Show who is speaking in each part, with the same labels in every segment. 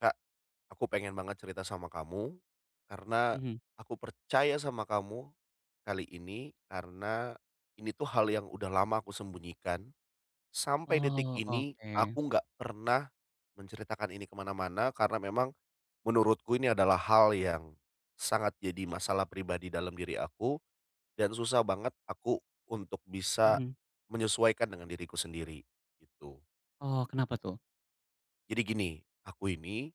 Speaker 1: Kak, aku pengen banget cerita sama kamu, karena
Speaker 2: Mhm.
Speaker 1: aku percaya sama kamu kali ini, karena ini tuh hal yang udah lama aku sembunyikan. Sampai detik
Speaker 2: Oh,
Speaker 1: ini,
Speaker 2: oke.
Speaker 1: aku nggak pernah menceritakan ini kemana-mana, karena memang menurutku ini adalah hal yang sangat jadi masalah pribadi dalam diri aku, dan susah banget aku untuk bisa
Speaker 2: Mhm.
Speaker 1: menyesuaikan dengan diriku sendiri, gitu.
Speaker 2: Oh, kenapa tuh?
Speaker 1: Jadi gini. Aku ini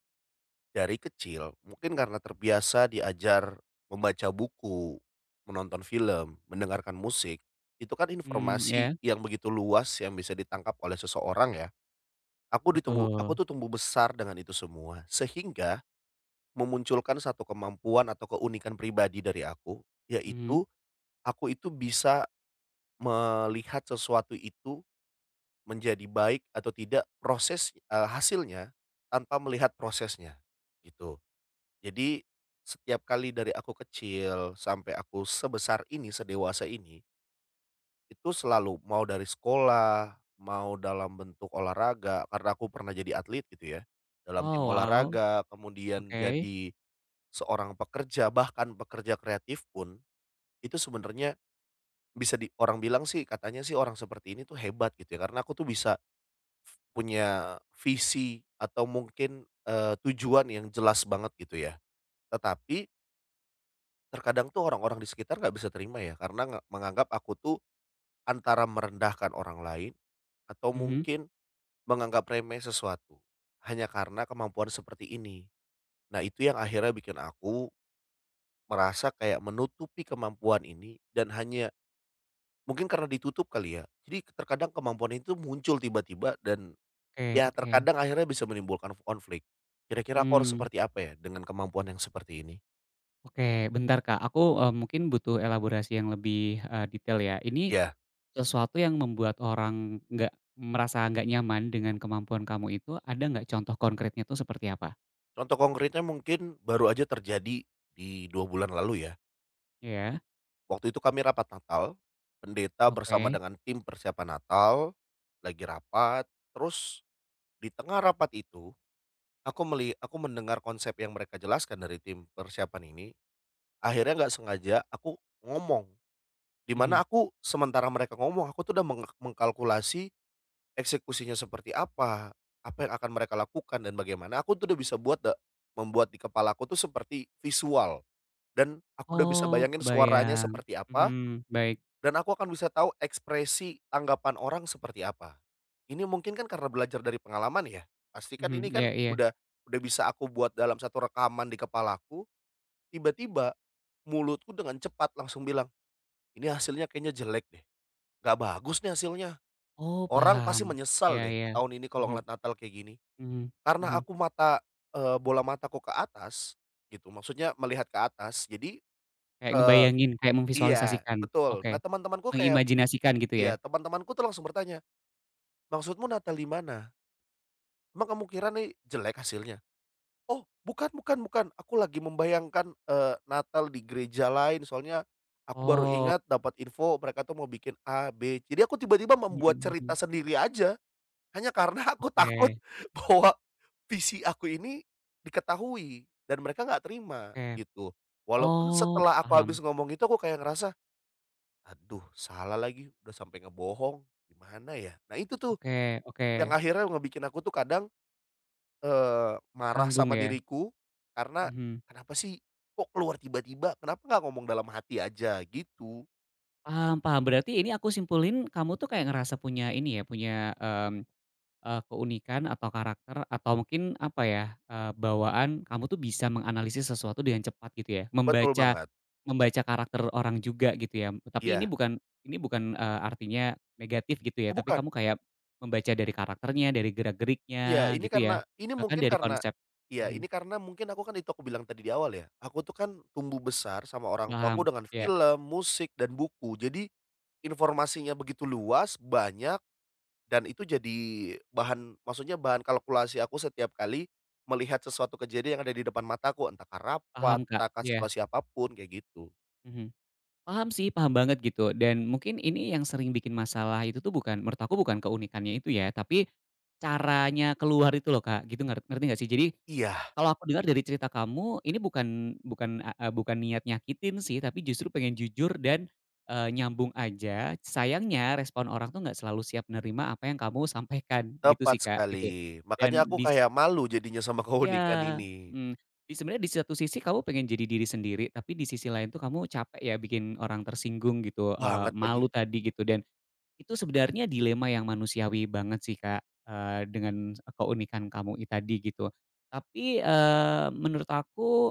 Speaker 1: Dari kecil, mungkin karena terbiasa diajar membaca buku, menonton film, mendengarkan musik, itu kan
Speaker 2: Mmm,
Speaker 1: informasi
Speaker 2: ya,
Speaker 1: yang begitu luas yang bisa ditangkap oleh seseorang ya. Aku ditumbuh aku
Speaker 2: betul.
Speaker 1: tuh tumbuh besar dengan itu semua, sehingga memunculkan satu kemampuan atau keunikan pribadi dari aku,
Speaker 2: Mhm.
Speaker 1: yaitu aku itu bisa melihat sesuatu itu menjadi baik atau tidak hasilnya tanpa melihat prosesnya, gitu. Jadi, setiap kali dari aku kecil sampai aku sebesar ini, sedewasa ini, itu selalu mau dari sekolah, mau dalam bentuk olahraga, karena aku pernah jadi atlet gitu ya, dalam tim
Speaker 2: Oh, wow,
Speaker 1: olahraga, kemudian
Speaker 2: oke.
Speaker 1: jadi seorang pekerja, bahkan pekerja kreatif pun, itu sebenarnya bisa di orang bilang sih, katanya sih orang seperti ini tuh hebat gitu ya, karena aku tuh bisa punya visi atau mungkin, tujuan yang jelas banget gitu ya. Tetapi, terkadang tuh orang-orang di sekitar nggak bisa terima ya, karena menganggap aku tuh antara merendahkan orang lain atau
Speaker 2: Mhm.
Speaker 1: mungkin menganggap remeh sesuatu, hanya karena kemampuan seperti ini. Nah, itu yang akhirnya bikin aku merasa kayak menutupi kemampuan ini dan hanya mungkin karena ditutup kali ya. Jadi terkadang kemampuan itu muncul tiba-tiba dan
Speaker 2: Oke
Speaker 1: ya
Speaker 2: oke.
Speaker 1: terkadang akhirnya bisa menimbulkan konflik. Kira-kira aku harus
Speaker 2: Mmm,
Speaker 1: seperti apa ya dengan kemampuan yang seperti ini?
Speaker 2: oke, bentar, Kak, aku, mungkin butuh elaborasi yang lebih, detail ya. Ini
Speaker 1: Ya.
Speaker 2: sesuatu yang membuat orang nggak merasa nggak nyaman dengan kemampuan kamu itu, ada nggak contoh konkretnya tuh seperti apa?
Speaker 1: Contoh konkretnya mungkin baru aja terjadi di 2 bulan lalu ya.
Speaker 2: Iya,
Speaker 1: Waktu itu kami rapat Natal, pendeta bersama
Speaker 2: oke.
Speaker 1: dengan tim persiapan Natal, lagi rapat, terus di tengah rapat itu, aku mendengar konsep yang mereka jelaskan dari tim persiapan ini, akhirnya nggak sengaja aku ngomong, di
Speaker 2: Mhm.
Speaker 1: mana aku sementara mereka ngomong, aku tuh udah mengkalkulasi eksekusinya seperti apa, apa yang akan mereka lakukan dan bagaimana, aku tuh udah bisa buat da membuat di kepala aku tuh seperti visual. Dan aku udah bisa
Speaker 2: Oh,
Speaker 1: bayangin suaranya
Speaker 2: kebayang.
Speaker 1: seperti apa,
Speaker 2: Mhm, baik.
Speaker 1: dan aku akan bisa tahu ekspresi tanggapan orang seperti apa. Ini mungkin kan karena belajar dari pengalaman ya, pasti kan
Speaker 2: Mhm,
Speaker 1: ini kan
Speaker 2: iya iya.
Speaker 1: udah bisa aku buat dalam satu rekaman di kepalaku, tiba-tiba mulutku dengan cepat langsung bilang, "Ini hasilnya kayaknya jelek deh, nggak bagus nih hasilnya.
Speaker 2: Oh
Speaker 1: Orang
Speaker 2: paham,
Speaker 1: pasti menyesal
Speaker 2: iya
Speaker 1: deh
Speaker 2: iya,
Speaker 1: tahun ini kalau
Speaker 2: mhm
Speaker 1: ngeliat Natal kayak gini."
Speaker 2: mhm
Speaker 1: Karena
Speaker 2: mhm,
Speaker 1: aku bola mataku ke atas gitu, maksudnya melihat ke atas, jadi,
Speaker 2: kayak
Speaker 1: eh,
Speaker 2: ngebayangin, kayak
Speaker 1: iya,
Speaker 2: memvisualisasikan,
Speaker 1: betul.
Speaker 2: oke,
Speaker 1: Nah, teman-temanku kayak
Speaker 2: mengimajinasikan gitu ya?
Speaker 1: iya, teman-temanku tuh langsung bertanya, "Maksudmu Natal di mana? Emang kamu kira nih jelek hasilnya?" "Oh, bukan, bukan, bukan, aku lagi membayangkan, Natal di gereja lain, soalnya aku baru
Speaker 2: Oh,
Speaker 1: ingat dapat info mereka tuh mau bikin A, B." Jadi aku tiba-tiba
Speaker 2: mhm
Speaker 1: membuat cerita
Speaker 2: mhm,
Speaker 1: sendiri aja, hanya karena aku
Speaker 2: oke
Speaker 1: takut bahwa visi aku ini diketahui dan mereka nggak terima,
Speaker 2: oke,
Speaker 1: gitu. Walaupun
Speaker 2: oh
Speaker 1: setelah aku
Speaker 2: paham,
Speaker 1: habis ngomong itu, aku kayak ngerasa, "Aduh, salah lagi, udah sampai ngebohong, gimana ya?" Nah itu tuh,
Speaker 2: oke oke,
Speaker 1: yang akhirnya ngebikin aku tuh kadang marah
Speaker 2: tanggung
Speaker 1: sama
Speaker 2: ya?
Speaker 1: diriku, karena,
Speaker 2: Mhm,
Speaker 1: "Kenapa sih, kok keluar tiba-tiba? Kenapa nggak ngomong dalam hati aja?" Gitu.
Speaker 2: paham paham berarti ini aku simpulin kamu tuh kayak ngerasa punya ini ya, punya, mmm keunikan atau karakter atau mungkin apa ya, bawaan kamu tuh bisa menganalisis sesuatu dengan cepat gitu ya,
Speaker 1: Betul
Speaker 2: membaca
Speaker 1: banget.
Speaker 2: membaca karakter orang juga gitu ya. Tapi ini
Speaker 1: Iya.
Speaker 2: bukan ini bukan, artinya negatif gitu
Speaker 1: Oh
Speaker 2: ya, tapi
Speaker 1: bukan,
Speaker 2: kamu kayak membaca dari karakternya, dari gerak-geriknya gitu ya,
Speaker 1: ini
Speaker 2: bahkan
Speaker 1: mungkin
Speaker 2: dari
Speaker 1: karena
Speaker 2: konsep
Speaker 1: iya,
Speaker 2: mhm,
Speaker 1: ini karena mungkin aku kan, itu aku bilang tadi di awal ya, aku tuh kan tumbuh besar sama orang tuaku
Speaker 2: paham,
Speaker 1: dengan
Speaker 2: ya
Speaker 1: film, musik, dan buku. Jadi, informasinya begitu luas, banyak. Dan itu jadi maksudnya bahan kalkulasi aku setiap kali melihat sesuatu kejadian yang ada di depan mataku, entah kah rapat,
Speaker 2: paham Kak,
Speaker 1: entah kah
Speaker 2: ya
Speaker 1: situasi apa kayak gitu.
Speaker 2: mhm. Paham sih, paham banget gitu dan mungkin ini yang sering bikin masalah itu tuh bukan menurut aku bukan keunikannya itu ya, tapi caranya keluar itu loh, Kak, gitu ngerti ngerti nggak sih? Jadi
Speaker 1: Iya,
Speaker 2: kalau aku dengar dari cerita kamu ini bukan bukan, eee, bukan niat nyakitin sih, tapi justru pengen jujur dan, nyambung aja. Sayangnya respon orang tuh nggak selalu siap menerima apa yang kamu sampaikan gitu
Speaker 1: tepat
Speaker 2: sih, Kak, gitu.
Speaker 1: sekali. Makanya
Speaker 2: Dan
Speaker 1: aku
Speaker 2: dis
Speaker 1: kayak malu jadinya sama
Speaker 2: Iya,
Speaker 1: keunikan ini.
Speaker 2: mhm. Sebenarnya di satu sisi kamu pengen jadi diri sendiri, tapi di sisi lain tuh kamu capek ya bikin orang tersinggung gitu,
Speaker 1: Banget lagi.
Speaker 2: malu tadi gitu dan itu sebenarnya dilema yang manusiawi banget sih, Kak, dengan keunikan kamu tadi gitu. Tapi, menurut aku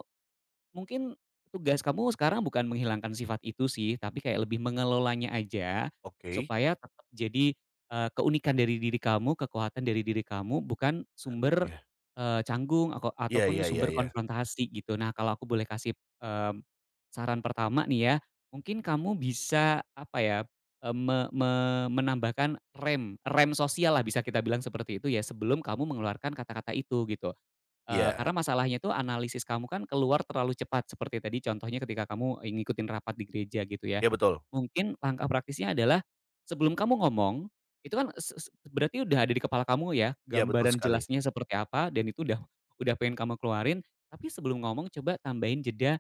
Speaker 2: mungkin tugas kamu sekarang bukan menghilangkan sifat itu sih, tapi kayak lebih mengelolanya aja
Speaker 1: Oke.
Speaker 2: supaya tetap jadi, keunikan dari diri kamu, kekuatan dari diri kamu, bukan
Speaker 1: Mana tuh
Speaker 2: sumber,
Speaker 1: ya?
Speaker 2: canggung ako
Speaker 1: Iya,
Speaker 2: ataupun
Speaker 1: iya, iya,
Speaker 2: sumber
Speaker 1: iya.
Speaker 2: konfrontasi gitu. Nah, kalau aku boleh kasih, mmm, saran pertama nih ya, mungkin kamu bisa apa ya, eee, me me menambahkan rem rem sosial lah bisa kita bilang seperti itu ya, sebelum kamu mengeluarkan kata-kata itu gitu. Eee,
Speaker 1: Iya.
Speaker 2: karena masalahnya itu analisis kamu kan keluar terlalu cepat seperti tadi contohnya ketika kamu, ngikutin rapat di gereja gitu ya.
Speaker 1: Iya betul.
Speaker 2: Mungkin langkah praktisnya adalah sebelum kamu ngomong, itu kan se se berarti udah ada di kepala kamu ya,
Speaker 1: Iya betul
Speaker 2: gambaran
Speaker 1: sekali.
Speaker 2: jelasnya seperti apa dan itu udah pengen kamu keluarin, tapi sebelum ngomong coba tambahin jeda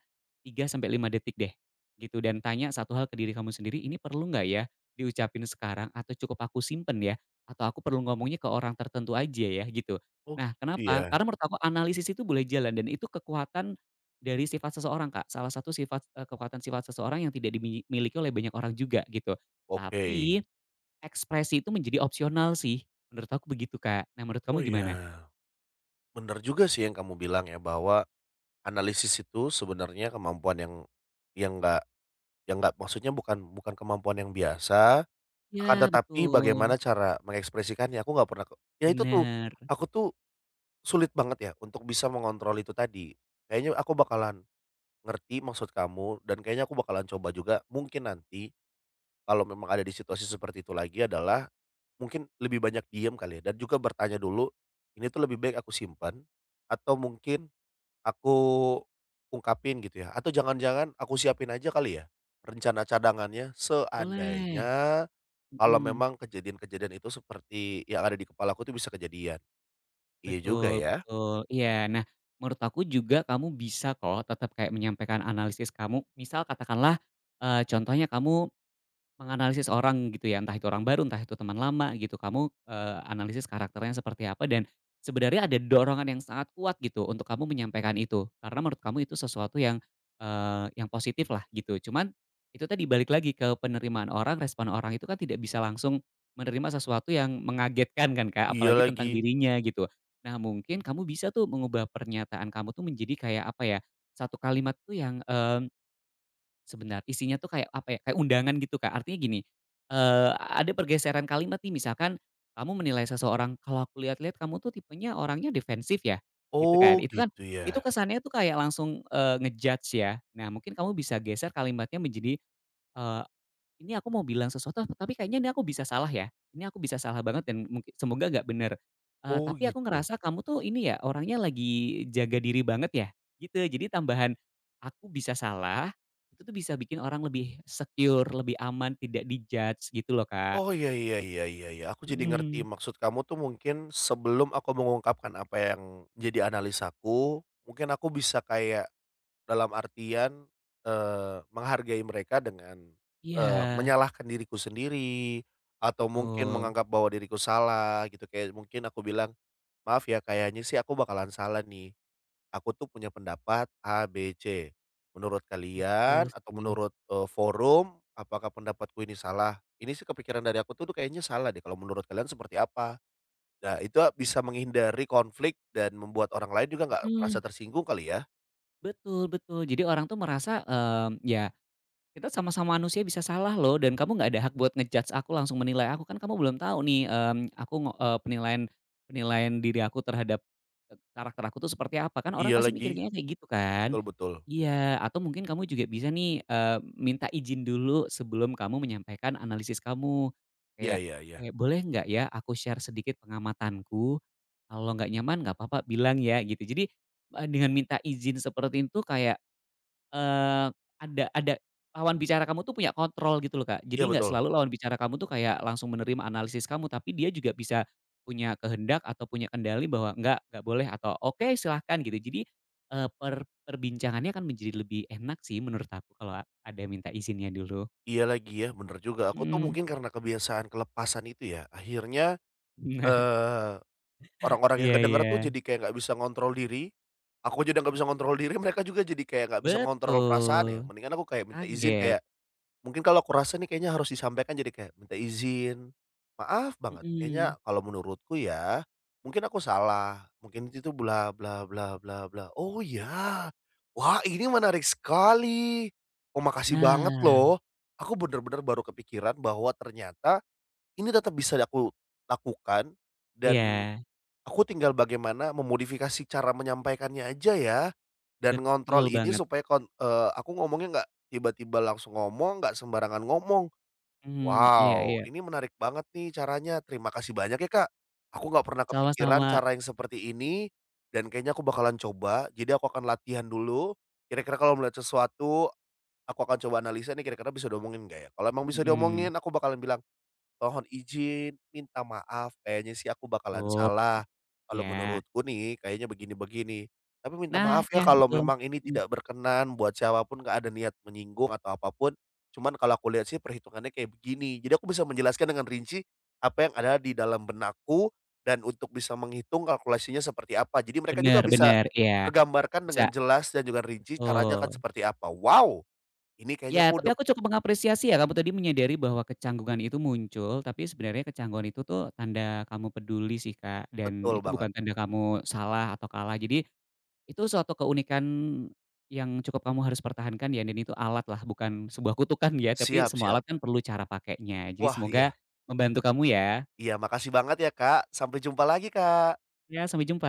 Speaker 2: 3 sampai 5 detik deh, gitu dan tanya satu hal ke diri kamu sendiri, "Ini perlu nggak ya diucapin sekarang atau cukup aku simpen ya? Atau aku perlu ngomongnya ke orang tertentu aja ya?" Gitu.
Speaker 1: Oh
Speaker 2: Nah,
Speaker 1: gitu ya.
Speaker 2: kenapa? Karena menurut aku analisis itu boleh jalan dan itu kekuatan dari sifat seseorang, Kak. Salah satu sifat kekuatan sifat seseorang yang tidak dimiliki oleh banyak orang juga, gitu.
Speaker 1: Oke.
Speaker 2: Tapi ekspresi itu menjadi opsional sih, menurut aku begitu, Kak. Nah, menurut kamu
Speaker 1: Oh
Speaker 2: gimana?
Speaker 1: ya, benar juga sih yang kamu bilang ya, bahwa analisis itu sebenarnya kemampuan yang nggak, ya nggak maksudnya, bukan, bukan kemampuan yang biasa, akan
Speaker 2: Ya,
Speaker 1: tetapi bagaimana
Speaker 2: betul.
Speaker 1: cara mengekspresikannya, aku nggak pernah ke, ya itu tuh,
Speaker 2: Bener.
Speaker 1: aku tuh sulit banget ya untuk bisa mengontrol itu tadi. Kayaknya aku bakalan ngerti maksud kamu dan kayaknya aku bakalan coba juga mungkin nanti kalau memang ada di situasi seperti itu lagi adalah mungkin lebih banyak diem kali ya dan juga bertanya dulu, ini tuh lebih baik aku simpan atau mungkin aku ungkapin gitu ya, atau jangan-jangan aku siapin aja kali ya, rencana cadangannya
Speaker 2: Boleh.
Speaker 1: seandainya kalau
Speaker 2: Mhm.
Speaker 1: memang kejadian-kejadian itu seperti yang ada di kepala aku tuh bisa kejadian. Iya juga
Speaker 2: Betul
Speaker 1: ya.
Speaker 2: betul. Iya. Nah, menurut aku juga kamu bisa kok tetap kayak menyampaikan analisis kamu. Misal katakanlah, contohnya kamu menganalisis orang gitu ya, entah itu orang baru, entah itu teman lama gitu, kamu, analisis karakternya seperti apa dan sebenarnya ada dorongan yang sangat kuat gitu untuk kamu menyampaikan itu. Karena menurut kamu itu sesuatu yang positif lah gitu. Cuman itu tadi balik lagi ke penerimaan orang, respon orang itu kan tidak bisa langsung menerima sesuatu yang mengagetkan kan, Kak,
Speaker 1: Iya
Speaker 2: apalagi tentang
Speaker 1: lagi.
Speaker 2: dirinya gitu. Nah, mungkin kamu bisa tuh mengubah pernyataan kamu tuh menjadi kayak apa ya, satu kalimat tuh yang. Sebenarnya isinya tuh kayak apa ya, kayak undangan gitu, Kak. Artinya gini, ada pergeseran kalimat nih misalkan kamu menilai seseorang, "Kalau aku lihat-lihat kamu tuh tipenya orangnya defensif ya?" Gitu kan.
Speaker 1: Oh
Speaker 2: Itu kan
Speaker 1: gitu ya.
Speaker 2: itu kesannya tuh kayak langsung, eee, nge ya. Nah mungkin kamu bisa geser kalimatnya menjadi, eh, ini aku mau bilang sesuatu, tapi kayaknya ini aku bisa salah ya, ini aku bisa salah banget dan mungkin semoga nggak bener,
Speaker 1: Oh
Speaker 2: tapi aku
Speaker 1: gitu.
Speaker 2: ngerasa kamu tuh ini ya, orangnya lagi jaga diri banget ya, gitu. Jadi tambahan, aku bisa salah, itu tuh bisa bikin orang lebih secure, lebih aman, tidak gitu loh, Kak.
Speaker 1: Oh iya, iya, iya, iya, iya, aku jadi
Speaker 2: Hmm,
Speaker 1: ngerti maksud kamu tuh mungkin sebelum aku mengungkapkan apa yang jadi analisaku, mungkin aku bisa kayak, dalam artian, menghargai mereka dengan,
Speaker 2: iya,
Speaker 1: menyalahkan diriku sendiri, atau mungkin
Speaker 2: betul.
Speaker 1: menganggap bahwa diriku salah gitu, kayak mungkin aku bilang, "Maaf ya, kayaknya sih aku bakalan salah nih, aku tuh punya pendapat A, B, C. Menurut
Speaker 2: Betul
Speaker 1: kalian atau
Speaker 2: sih.
Speaker 1: menurut, forum, apakah pendapatku ini salah? Ini sih kepikiran dari aku tuh tuh kayaknya salah deh, kalau menurut kalian seperti apa?" Nah, itu bisa menghindari konflik dan membuat orang lain juga nggak merasa
Speaker 2: Mhm,
Speaker 1: tersinggung kali ya?
Speaker 2: betul betul. Jadi orang tuh merasa, ya, kita sama-sama manusia bisa salah loh dan kamu nggak ada hak buat ngejudge aku, langsung menilai aku, kan kamu belum tahu nih, aku penilaian penilaian diri aku terhadap, karakter aku tuh seperti apa, kan orang
Speaker 1: Iya
Speaker 2: pasti
Speaker 1: lagi,
Speaker 2: mikirnya kayak gitu kan.
Speaker 1: betul betul.
Speaker 2: Iya, atau mungkin kamu juga bisa nih, minta izin dulu sebelum kamu menyampaikan analisis kamu.
Speaker 1: Iya,
Speaker 2: Kayak
Speaker 1: iya, iya.
Speaker 2: kayak, "Boleh nggak ya aku share sedikit pengamatanku? Kalau nggak nyaman nggak apa-apa bilang ya," gitu. Jadi, dengan minta izin seperti itu kayak Eee, ada lawan bicara kamu tuh punya kontrol gitu loh, Kak.
Speaker 1: Iya
Speaker 2: Jadi nggak
Speaker 1: betul.
Speaker 2: selalu lawan bicara kamu tuh kayak langsung menerima analisis kamu, tapi dia juga bisa punya kehendak atau punya kendali bahwa nggak boleh atau oke silahkan gitu. Jadi, eee, per perbincangannya akan menjadi lebih enak sih menurut aku kalau ada minta izinnya dulu.
Speaker 1: Iya lagi ya, bener juga. Aku tuh
Speaker 2: Mhm.
Speaker 1: mungkin karena kebiasaan kelepasan itu ya, akhirnya,
Speaker 2: Nah,
Speaker 1: eee, orang-orang yang
Speaker 2: iya
Speaker 1: kedenger
Speaker 2: iya.
Speaker 1: tuh jadi kayak nggak bisa ngontrol diri, aku aja udah nggak bisa ngontrol diri, mereka juga jadi kayak nggak bisa ngontrol perasaan ya,
Speaker 2: Betul,
Speaker 1: mendingan aku kayak minta izin
Speaker 2: kaget.
Speaker 1: kayak, mungkin kalau aku rasa nih kayaknya harus disampaikan jadi kayak minta izin, "Maaf banget, kayaknya
Speaker 2: Mhm.
Speaker 1: kalau menurutku ya, mungkin aku salah, mungkin itu bla bla bla bla bla." "Oh ya? Wah, ini menarik sekali. Oh, makasih banget
Speaker 2: Nah,
Speaker 1: loh." Aku bener-bener baru kepikiran bahwa ternyata ini tetap bisa aku lakukan dan
Speaker 2: iya,
Speaker 1: aku tinggal bagaimana memodifikasi cara menyampaikannya aja ya, dan ngontrol
Speaker 2: betul
Speaker 1: ini
Speaker 2: banget.
Speaker 1: supaya aku ngomongnya nggak tiba-tiba langsung ngomong, nggak sembarangan ngomong.
Speaker 2: Mhm, iya iya.
Speaker 1: Wow, ini menarik banget nih caranya, terima kasih banyak ya, Kak. Aku nggak pernah kepikiran
Speaker 2: Sama-sama.
Speaker 1: cara yang seperti ini, dan kayaknya aku bakalan coba. Jadi aku akan latihan dulu, kira-kira kalau melihat sesuatu, aku akan coba analisa nih kira-kira bisa diomongin nggak ya? Kalau emang bisa
Speaker 2: Mhm.
Speaker 1: diomongin, aku bakalan bilang, "Mohon izin, minta maaf kayaknya sih aku bakalan
Speaker 2: Betul,
Speaker 1: salah, kalau
Speaker 2: iya.
Speaker 1: menurutku nih kayaknya begini-begini, tapi minta
Speaker 2: Nah,
Speaker 1: maaf ya
Speaker 2: iya
Speaker 1: kalau
Speaker 2: betul,
Speaker 1: memang ini
Speaker 2: mhm,
Speaker 1: tidak berkenan buat siapa pun, nggak ada niat menyinggung atau apapun, cuman kalau aku lihat sih perhitungannya kayak begini." Jadi aku bisa menjelaskan dengan rinci apa yang ada di dalam benakku dan untuk bisa menghitung kalkulasinya seperti apa. Jadi mereka
Speaker 2: bener
Speaker 1: juga bisa
Speaker 2: bener, iya,
Speaker 1: tergambarkan
Speaker 2: bisa,
Speaker 1: dengan jelas dan juga rinci caranya akan
Speaker 2: betul.
Speaker 1: seperti apa. Wow, ini kayaknya
Speaker 2: Iya,
Speaker 1: aku
Speaker 2: tapi
Speaker 1: udah.
Speaker 2: aku cukup mengapresiasi ya kamu tadi menyadari bahwa kecanggungan itu muncul, tapi sebenarnya kecanggungan itu tuh tanda kamu peduli sih, Kak, dan
Speaker 1: Betul
Speaker 2: itu bukan
Speaker 1: banget.
Speaker 2: tanda kamu salah atau kalah. Jadi itu suatu keunikan yang cukup kamu harus pertahankan ya dan itu alat lah bukan sebuah kutukan ya, tapi
Speaker 1: Siap,
Speaker 2: semua
Speaker 1: siap.
Speaker 2: alat kan perlu cara pakainya. Jadi
Speaker 1: Wah, iya.
Speaker 2: semoga membantu kamu ya.
Speaker 1: Iya, makasih banget ya, Kak. Sampai jumpa lagi, Kak.
Speaker 2: Ya, sampai jumpa.